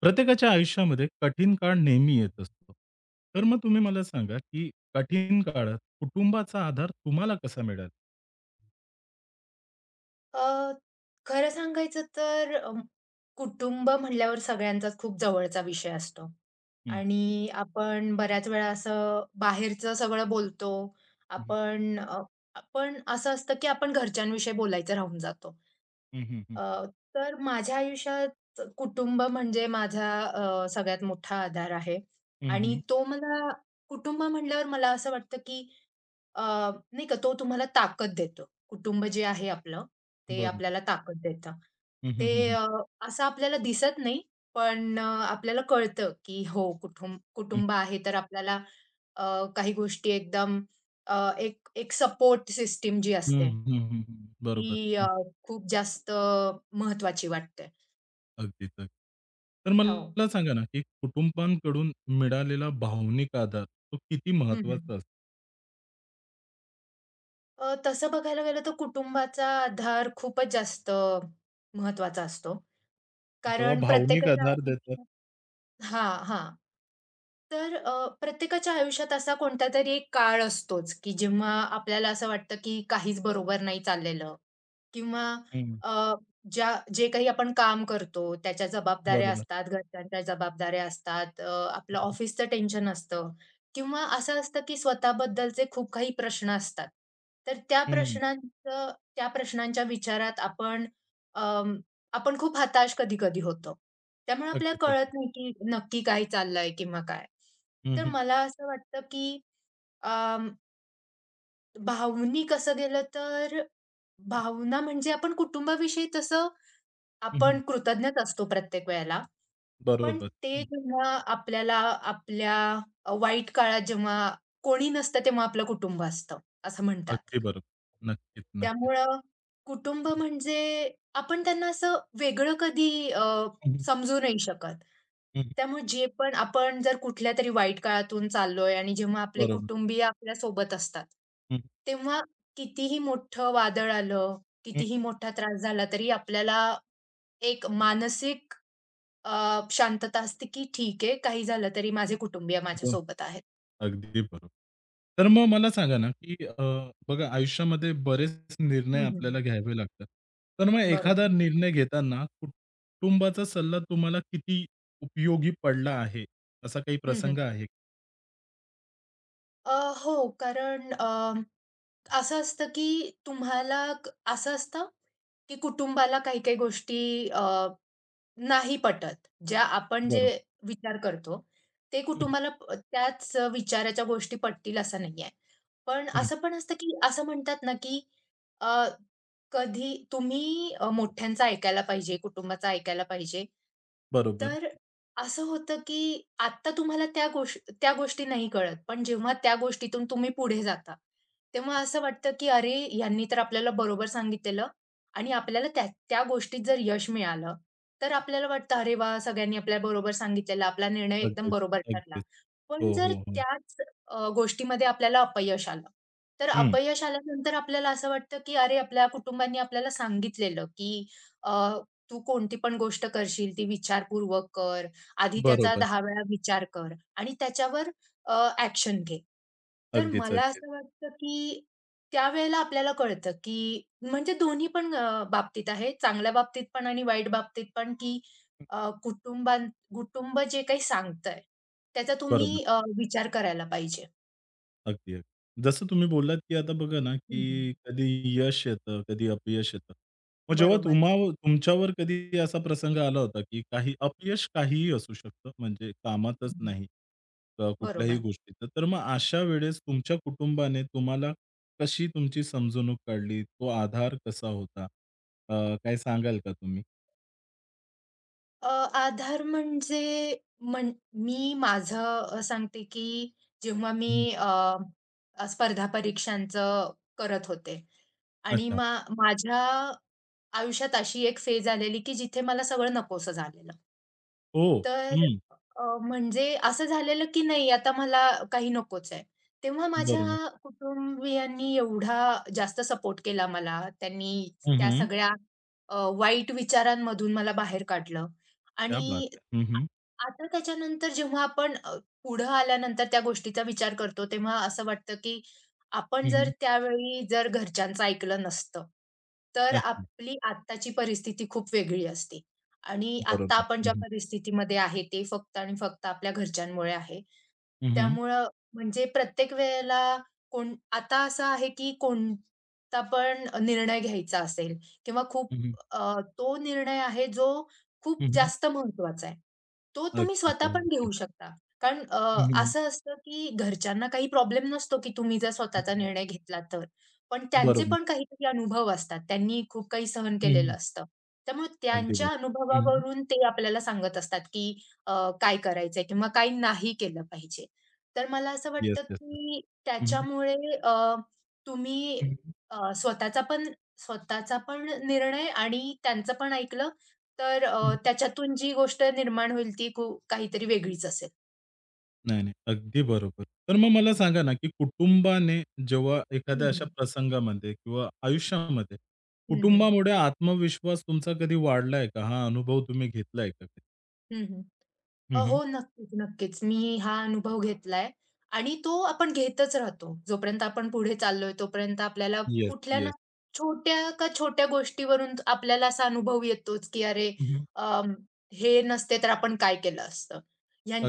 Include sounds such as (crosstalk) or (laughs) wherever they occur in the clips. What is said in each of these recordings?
प्रत्येकाच्या आयुष्यामध्ये कठीण काळ नेहमी येत असतो. तर मग तुम्ही मला सांगा, की कठीण काळात कुटुंबाचा आधार तुम्हाला कसा मिळाला? अ, खरं सांगायचं तर कुटुंब म्हटल्यावर सगळ्यांचाच खूप जवळचा विषय असतो हं, आणि आपण बऱ्याच वेळा असं बाहेरचं सगळं बोलतो. हं, आपण अ, आपण असं असतं की आपण घरच्यांविषयी बोलायचं राहून जातो. हं, हं, हं, अ, तर माझ्या आयुष्यात कुटुंब म्हणजे माझा सगळ्यात मोठा आधार आहे हं, हं. आणि तो मला कुटुंब म्हणल्यावर मला असं वाटतं की अ, नाही का तो तुम्हाला ताकद देतो. कुटुंब जे आहे आपलं, ते बरोबर. आपल्याला ताकद देतं. हं, हं, हं, ते हं, असं आपल्याला दिसत नाही, पण आपल्याला कळतं, की हो कुठुंब हं. कुटुंब आहे तर आपल्याला काही गोष्टी एकदम एक एक सपोर्ट सिस्टम जी हं, असते, हं, हं, हं. ती बरोबर. हं. खूप जास्त महत्त्वाची वाटते. अगदीच, अगदी. तर हो. मला सांगा ना, की कुटुंबांकडून मिळालेला भावनिक आधार तो किती हं, हं. महत्वाचा असतो? तसं बघायला गेलं तर कुटुंबाचा आधार खूपच जास्त महत्त्वाचा असतो. जेव्हा कारण भावनिक प्रत्येकाच्या. आधार देतात हां, हां. तर प्रत्येकाच्या आयुष्यात असा कोणतातरी एक काळ असतोच, की जेव्हा आपल्याला असं वाटतं, की काहीच बरोबर नाही चाललेलं किंवा हं, अ, जे काही आपण काम करतो, त्याच्या जबाबदाऱ्या बरोबर. असतात, घरच्यांच्या जबाबदाऱ्या असतात, आपलं ऑफिसचं टेन्शन असतं किंवा असं असतं, की स्वतःबद्दलचे खूप काही प्रश्न असतात. तर हं, हं. त्या प्रश्नांच्या विचारात आपण आपण खूप हताश कधी-कधी होतो. त्यामुळे आपल्याला अगदीच, अगदी. कळत नाही, की नक्की काय चाललंय किंवा काय. हं, तर हं. मला असं वाटतं, की अं, भावनिक असं गेलं तर भावना म्हणजे आपण कुटुंबाविषयी तसं हं, हं. आपण कृतज्ञच असतो प्रत्येक वेळेला. पण बरोबर. ते जेव्हा आपल्याला आपल्या वाईट काळात जेव्हा कोणी नसतं, तेव्हा आपलं कुटुंब असतं, असं म्हणतात. अगदी बरोबर. नक्कीच, नक्कीच. त्यामुळं कुटुंब म्हणजे आपण त्यांना असं वेगळं कधी हं, हं. समजू नाही शकत. त्यामुळे जे पण आपण जर कुठल्या तरी वाईट काळातून चाललोय आणि जेव्हा आपले बरोबर. कुटुंबीय आपल्या सोबत असतात, हं, तेव्हा कितीही मोठं वादळ आलं, हं. कितीही मोठा त्रास झाला तरी आपल्याला एक मानसिक शांतता असते, की ठीक आहे काही झालं तरी माझे कुटुंबीय एकदम माझ्यासोबत आहेत. अगदी बरोबर. तर मग मला सांगा ना, की बघा आयुष्यामध्ये बरेच निर्णय हं, हं. आपल्याला घ्यावे लागतात. तर मग एखादा बरोबर. निर्णय घेताना कुटुंबाचा सल्ला तुम्हाला किती उपयोगी पडला आहे, असा काही हं, हं. प्रसंग आहे? अ, हो कारण असं असतं, की तुम्हाला असं असतं, की कुटुंबाला काही-काही गोष्टी नाही पटत. आपण जे बरोबर. विचार करतो, ते हं, कुटुंबाला त्याच विचाराच्या गोष्टी पटतील असं नाहीये. पण हं. असं पण असतं, की असं म्हणतात ना, की अ, कधी तुम्ही मोठ्यांचं ऐकायला पाहिजे, कुटुंबाचं ऐकायला पाहिजे. बरोबर. तर असं होतं, की आत्ता तुम्हाला त्या गोष्टी नाही कळत. पण जेव्हा त्या गोष्टीतून तुम्ही पुढे जाता, तेव्हा असं वाटतं, की अरे, ह्यांनी तर आपल्याला बरोबर सांगितलेलं आणि आपल्याला त्या त्या गोष्टीत जर यश मिळालं, तर आपल्याला वाटतं, "अरे वाह! सगळ्यांनी आपल्याबरोबर सांगितलेलं, आपला निर्णय एकदम अगदीच, बरोबर ठरला." अगदीच. पण हो, जर हो, हो. त्याच गोष्टीमध्ये आपल्याला अपयश आलं, तर हं. अपयश आल्यानंतर आपल्याला असं वाटतं, की अरे आपल्या कुटुंबांनी आपल्याला सांगितलेलं, की अ, "तू कोणती पण गोष्ट करशील ती विचारपूर्वक कर. आधी त्याचा बरोबर. 10 वेळा विचार कर आणि त्याच्यावर अ, घे." तर अगदीच, मला अगदीच. असं वाटतं, की त्यावेळेला आपल्याला कळतं, की म्हणजे दोन्ही पण बाबतीत आहे. चांगल्या बाबतीत पण आणि वाईट बाबतीत पण, की अ, कुटुंबां कुटुंब जे काही सांगतंय, त्याचा बरोबर. तुम्ही विचार करायला पाहिजे. अगदी, अगदी. जसं तुम्ही बोललात, की आता बघा ना, हं, की कधी यश येतं, कधी अपयश येतं. मग जेव्हा बरोबर, तुमच्यावर कधी असा प्रसंग आला होता, की काही अपयश काहीही असू शकतं, म्हणजे कामातच हं. नाही, कुठल्याही बरोबर. गोष्टीचं. तर मग अशा वेळेस तुमच्या कुटुंबाने तुम्हाला कशी तुमची समजवणूक काढली? तो आधार कसा होता? अ, काय सांगाल का तुम्ही? अ, आधार म्हणजे मी माझं सांगते, की जेव्हा मी हं. अ, अ, स्पर्धा परीक्षांचं करत होते आणि अच्छा. माझ्या आयुष्यात अशी एक फेज आलेली, की जिथे मला सगळं नकोसं झालेलं. हो. तर हं. म्हणजे असं झालेलं की नाही आता मला काही नकोच आहे. तेव्हा बरोबर. माझ्या कुटुंबियांनी एवढा जास्त सपोर्ट केला मला. त्यांनी त्या हं, सगळ्या वाईट विचारांमधून मला बाहेर काढलं क्या बात आणि है! हं, आ हं. आता त्याच्यानंतर जेव्हा आपण पुढं आल्यानंतर त्या गोष्टीचा विचार करतो, तेव्हा असं वाटतं की आपण जर त्यावेळी जर घरच्यांचं ऐकलं नसतं, तर अच्छा. आपली आत्ताची परिस्थिती खूप वेगळी असती. आणि आता बरोबर. आपण हं, ज्या हं. परिस्थितीमध्ये आहे ते फक्त आणि फक्त आपल्या घरच्यांमुळे आहे. त्यामुळं म्हणजे प्रत्येक वेळेला कोण आता असं आहे की कोणता पण निर्णय घ्यायचा असेल किंवा खूप हं, हं. तो निर्णय आहे जो खूप हं, हं. जास्त महत्त्वाचा आहे. तो तुम्ही अगदीच, स्वतः पण घेऊ अगदीच. शकता. कारण हं, हं. असं असतं की घरच्यांना काही प्रॉब्लेम नसतो की तुम्ही जर हं, स्वतःचा हं. निर्णय घेतला तर. पण त्यांचे बरोबर. पण काहीतरी अनुभव असतात. त्यांनी खूप काही सहन हं, केलेलं हं. असतं. त्यामुळे अगदी त्यांच्या बरोबर. हं, हं. अनुभवावरून ते आपल्याला सांगत असतात, की अ, काय करायचंय किंवा काय नाही केलं पाहिजे. तर मला असं येस, वाटतं, येस, येस. की हं, हं. त्याच्यामुळे अ, तुम्ही हं, हं. अ, स्वतःचा पण स्वतःचा पण निर्णय आणि त्यांचं पण ऐकलं, तर हं, हं. त्याच्यातून जी गोष्ट निर्माण होईल ती काहीतरी वेगळीच असेल. नाही, नाही. अगदी बरोबर. तर मग मला सांगा ना, की कुटुंबाने जेव्हा हं, एखाद्या हं. अशा प्रसंगामध्ये किंवा आयुष्यामध्ये हं, हं. कुटुंबामुळे आत्मविश्वास तुमचा कधी वाढलाय का? हा अनुभव तुम्ही घेतलाय का कधी? हं, हं, हं. हो, नक्कीच, नक्कीच. मी हा अनुभव घेतलाय आणि तो आपण घेतच राहतो. जोपर्यंत आपण पुढे चाललोय, तोपर्यंत आपल्याला येस, कुठल्या ना येस. छोट्या का छोट्या गोष्टीवरून आपल्याला असा अनुभव येतोच, की अरे, हं, हं. अं, हे नसते तर आपण काय केलं असतं.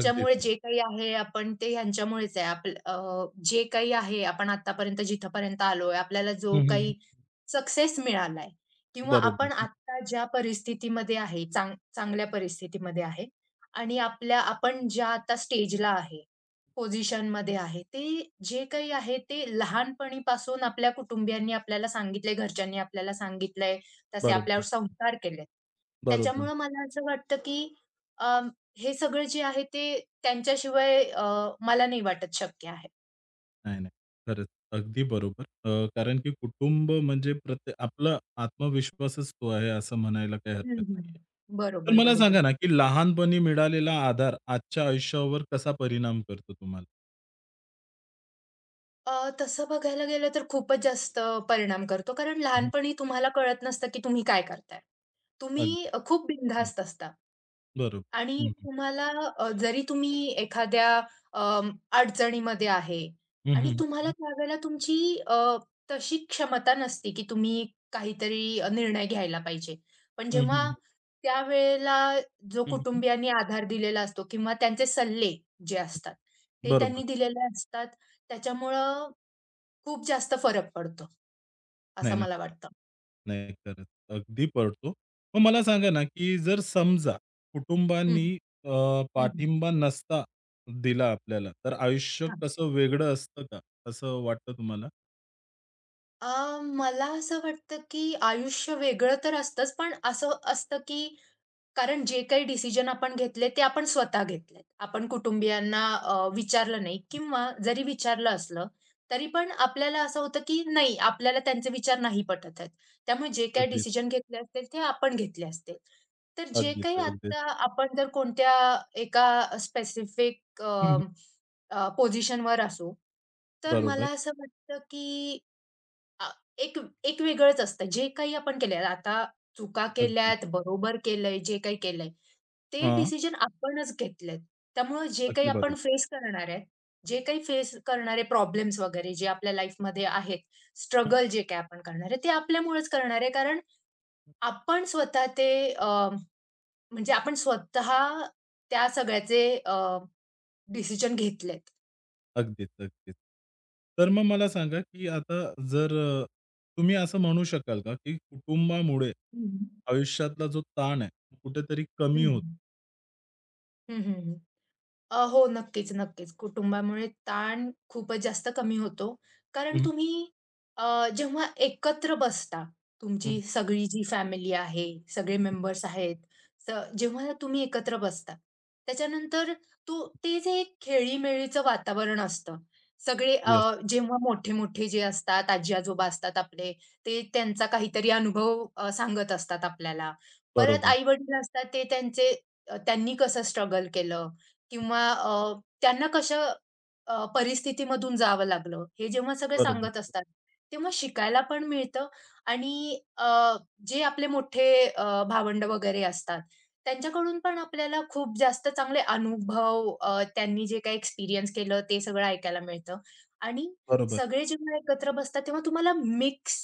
अगदीच ना. जे काही आहे, आपण ते ह्यांच्यामुळेच आहे. आपलं जे काही आहे, आपण आत्तापर्यंत जिथपर्यंत आलोय, आपल्याला जो हं, काही हं. सक्सेस मिळालाय किंवा आपण बरोबर, आत्ता ज्या परिस्थितीमध्ये आहे, चांगल्या परिस्थितीमध्ये आहे, आणि आपण ज्या आता स्टेजला आहे, पोझिशनमध्ये आहे, ते जे काही आहे ते लहानपणीपासून आपल्या कुटुंबियांनी आपल्याला सांगितलंय, घरच्यांनी आपल्याला सांगितलंय, तसे आपल्यावर बरोबर, संस्कार केलेत. बरोबर. त्याच्यामुळं मला असं वाटतं की अ, हे सगळं जे आहे ते त्यांच्याशिवाय मला नाही वाटत शक्य आहे. नाही, नाही. खरंच. अगदी बरोबर. कारण की कुटुंब म्हणजे आपला आत्मविश्वासच तो आहे असं म्हणायला काही हरकत हं, हं. नाहीये. तर बरोबर, मला बरोबर. सांगा ना, की लहानपणी मिळालेला आधार आजच्या आयुष्यावर कसा परिणाम करतो तुम्हाला? तसं बघायला गेलं तर खूपच जास्त परिणाम करतो. कारण हं. लहानपणी तुम्हाला कळत नसतं की तुम्ही काय करताय. तुम्ही अगदी. खूप हं. बिनधास्त असता. बरोबर. आणि हं, हं. तुम्हाला जरी तुम्ही एखाद्या अम, अडचणीमध्ये आहे हं, आणि हं. तुम्हाला त्यावेळेला तुमची अ, तशी क्षमता नसते, की तुम्ही काहीतरी निर्णय घ्यायला पाहिजे. पण हं, जेव्हा हं. त्यावेळेला जो हं, हं. कुटुंबियांनी आधार दिलेला असतो किंवा त्यांचे सल्ले जे हं, असतात, हं. ते बरोबर. त्यांनी दिलेले असतात. त्याच्यामुळं खूप जास्त फरक पडतो, नाही असं ना. मला वाटतं. नाही करत. अगदी पडतो. मग मला सांगा ना, की जर समजा हं, कुटुंबांनी अ, हं, पाठिंबा नसता दिला आपल्याला, तर आयुष्य कसं वेगळं असतं का? असं वाटतं तुम्हाला? मला असं वाटतं, की आयुष्य वेगळं तर असतंच, पण असं असतं, की कारण जे काही डिसिजन आपण घेतले ते आपण स्वतः घेतलेत. आपण कुटुंबियांना विचारलं नाही किंवा जरी विचारलं असलं, तरी पण आपल्याला असं होतं, की नाही आपल्याला त्यांचे विचार नाही पटत आहेत. त्यामुळे जे काही अगदीच, डिसिजन घेतले असतील ते आपण घेतले असतील. तर जे अगदीच, काही अगदीच. आता आपण जर कोणत्या एका स्पेसिफिक हं, पोझिशनवर असू, तर बरोबर. मला असं वाटतं, की अ, एक एक वेगळंच असतं. जे काही आपण केलंय आता चुका अगदीच. केल्यात, बरोबर केलंय, जे काही केलंय, ते हां. डिसिजन आपणच घेतलेत. त्यामुळं जे काही अगदी आपण बरोबर. फेस करणार आहे, जे काही फेस करणारे प्रॉब्लेम्स वगैरे जे आपल्या लाईफमध्ये आहेत, हं. स्ट्रगल जे काही आपण करणार आहे, ते आपल्यामुळेच करणार आहे. कारण आपण स्वतः ते म्हणजे आपण स्वतः त्या सगळ्याचे डिसिजन घेतलेत. अगदीच, अगदीच. तर मग मला सांगा, की आता जर अ, तुम्ही असं म्हणू शकाल का, की कुटुंबामुळे हं. आयुष्यातला जो ताण आहे, कुठेतरी कमी हं, होतो? हं. हं, हं, हो, नक्कीच, नक्कीच. कुटुंबामुळे ताण खूपच जास्त कमी होतो. कारण तुम्ही जेव्हा एकत्र बसता, तुमची सगळी जी फॅमिली आहे, सगळे मेंबर्स आहेत, स जेव्हा तुम्ही एकत्र बसता, त्याच्यानंतर तो ते जे एक खेळीमेळीचं वातावरण असतं. सगळे जेव्हा मोठे-मोठे जे असतात, आजी-आजोबा असतात आपले, ते त्यांचा काहीतरी अनुभव सांगत असतात आपल्याला. परत बरोबर, आई-वडील असतात, ते त्यांचे त्यांनी कसं स्ट्रगल केलं किंवा त्यांना कशा परिस्थितीमधून जावं लागलं, हे जेव्हा सगळे बरोबर, सांगत असतात, तेव्हा शिकायला पण मिळतं आणि जे आपले मोठे भावंड वगैरे असतात, त्यांच्याकडून पण आपल्याला खूप जास्त चांगले अनुभव त्यांनी जे काही एक्सपिरियन्स केलं, ते सगळं ऐकायला मिळतं आणि बरोबर. सगळे जेव्हा एकत्र बसतात, तेव्हा तुम्हाला मिक्स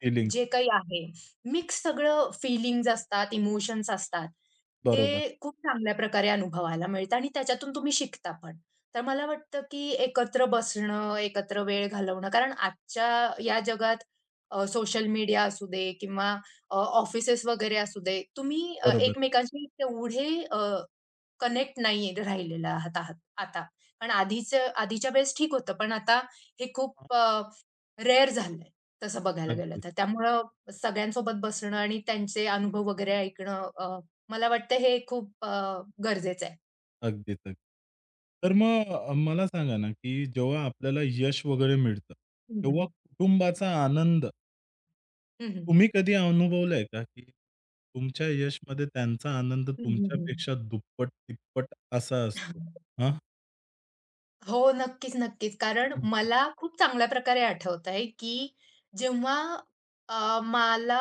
फीलिंग्स. जे काही आहे मिक्स सगळं फीलिंग्ज असतात, इमोशन्स असतात. बरोबर, ते खूप चांगल्या प्रकारे अनुभवायला मिळतं आणि त्याच्यातून तुम्ही शिकता पण. तर मला वाटतं, की एकत्र बसणं, एकत्र वेळ घालवणं कारण आजच्या या जगात सोशल मीडिया असू दे किंवा ऑफिसेस वगैरे असू दे, तुम्ही बरोबर. एकमेकांशी तेवढे कनेक्ट नाही राहिलेला आहात आहात आता. पण आधीच्या वेळेस ठीक होतं. पण आता हे हां, खूप रेअर झालंय तसं बघायला गेलं अगदीच, तर. त्यामुळं सगळ्यांसोबत बसणं आणि त्यांचे अनुभव वगैरे ऐकणं मला वाटतं हे खूप गरजेचं आहे. अगदीच, अगदीच. तर मग मला सांगा ना, की जेव्हा आपल्याला यश वगैरे मिळतं, हं, हं. तेव्हा कुटुंबाचा आनंद हं, हं. तुम्ही कधी अनुभवलाय का, की तुमच्या यशमध्ये त्यांचा आनंद हं, हं, हं. तुमच्यापेक्षा दुप्पट, तिप्पट असा असतो? हां. हो, नक्कीच, नक्कीच. कारण हं, मला खूप चांगल्या प्रकारे आठवतंय, की जेव्हा मला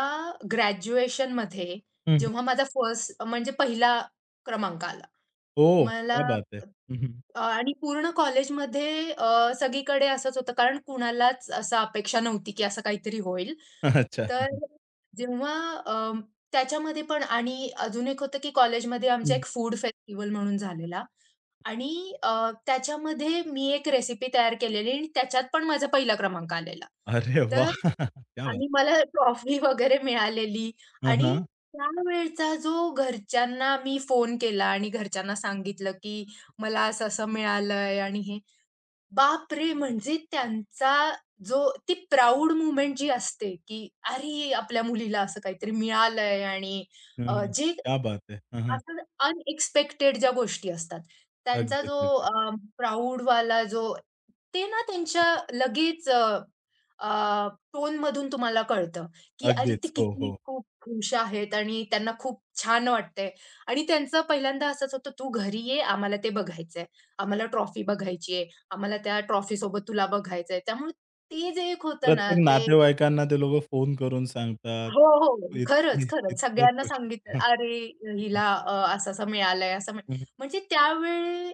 ग्रॅज्युएशनमध्ये हं, हं. जेव्हा माझा फर्स्ट म्हणजे पहिला क्रमांक आला. हो, मला क्या बात है! हं, हं. आणि पूर्ण कॉलेजमध्ये सगळीकडे असंच होतं कारण कुणालाच असं अपेक्षा नव्हती, की असं काहीतरी होईल. (laughs) अच्छा. हं, तर हं. जेव्हा अ, त्याच्यामध्ये पण आणि अजून एक होतं, की कॉलेजमध्ये आमचा हं. एक फूड फेस्टिव्हल म्हणून झालेला. आणि त्याच्यामध्ये मी एक रेसिपी तयार केलेली आणि त्याच्यात पण माझा पहिला क्रमांक आलेला. अरे तर वाह! (laughs) क्या बात आणि है! मला ट्रॉफी वगैरे मिळालेली हां, हां. आणि त्यावेळचा जो घरच्यांना मी फोन केला आणि घरच्यांना सांगितलं, की मला असं-असं मिळालंय आणि हे. बापरे! म्हणजे त्यांचा जो ती प्राउड मोमेंट जी असते, की अरे! आपल्या मुलीला असं काहीतरी मिळालंय आणि हं, हं. जे क्या बात है! हां, हां. असं अनएक्सपेक्टेड ज्या गोष्टी असतात, त्यांचा अगदीच, जो अगदीच. वाला जो ते ना त्यांच्या लगेच टोनमधून तुम्हाला कळतं, की अरे ते अगदीच. हो, किती हो. खूप खुश आहेत आणि त्यांना खूप छान वाटतंय आणि त्यांचं पहिल्यांदा असंच होतं, "तू घरी ये, आम्हाला ते बघायचंय. आम्हाला ट्रॉफी बघायची आहे. आम्हाला त्या ट्रॉफीसोबत तुला बघायचंय." त्यामुळे ते जे एक होतं ना प्रत्येक ते नातेवाईकांना ते लोकं फोन करून सांगतात. हो, हो. खरंच, इतकी खरंच. इतकं सगळ्यांना खुशी. सांगितलं, (laughs) "अरे, हं, हिला असं-असं मिळालंय." असं मिळ हं. म्हणजे त्यावेळी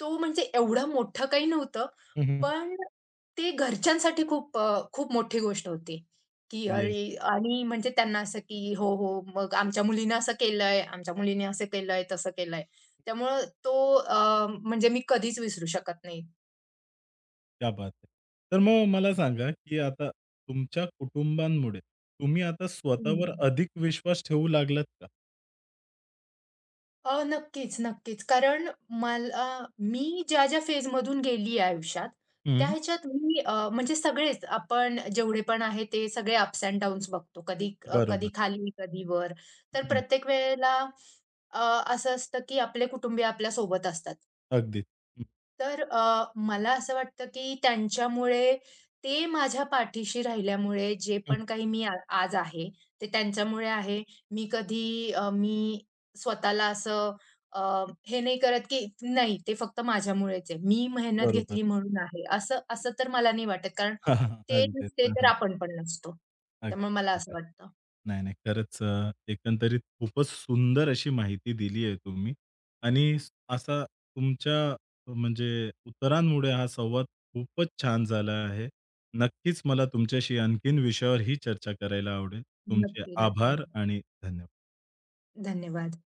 तो म्हणजे एवढं मोठं काही नव्हतं, हं, हं. पण ते घरच्यांसाठी खूप खूप मोठी गोष्ट होती, की येस. अरे आणि म्हणजे त्यांना असं की "हो, हो, मग आमच्या मुलीनं असं केलंय, आमच्या मुलीने असं केलंय, तसं केलंय." त्यामुळं तो म्हणजे मी कधीच विसरू शकत नाही. क्या बात है! तर मग मला सांगा, की आता तुमच्या कुटुंबांमुळे तुम्ही आता स्वतःवर हं. अधिक विश्वास ठेवू लागलात का? नक्कीच, नक्कीच. कारण मला मी ज्या फेजमधून गेली आहे आयुष्यात, त्या हं. ह्याच्यात मी म्हणजे सगळेच आपण जेवढे पण आहे ते सगळे अप्स एंड डाउन्स बघतो. कधी बरोबर. कधी खाली, कधी वर. हं, तर हं. प्रत्येक वेळेला अ, असं असतं की आपले कुटुंबीय आपल्यासोबत असतात. अगदी. हं, तर मला असं वाटतं की त्यांच्यामुळे ते माझ्या पाठीशी राहिल्यामुळे जे हं. पण काही मी आज आहे ते त्यांच्यामुळे आहे. मी स्वतःला असं अ, हे नाही करत की नाही ते फक्त माझ्यामुळेच आहे. मी मेहनत बरोबर. घेतली म्हणून आहे. असं असं तर मला नाही वाटत कारण (laughs) हां, हां. ते अगदीच. नसते हां, तर हां. आपण पण नसतो. त्यामुळे मला असं अगदी. वाटतं. नाही, नाही. खरंच एकंदरीत खूपच सुंदर अशी माहिती दिली आहे तुम्ही आणि असा तुमच्या म्हणजे उत्तरांमुळे हा संवाद खूपच छान झाला आहे. नक्कीच मला तुमच्याशी आणखीन विषयावर ही चर्चा करायला आवडेल. तुमचे नक्की, नक्की. आभार आणि धन्यवाद. धन्यवाद.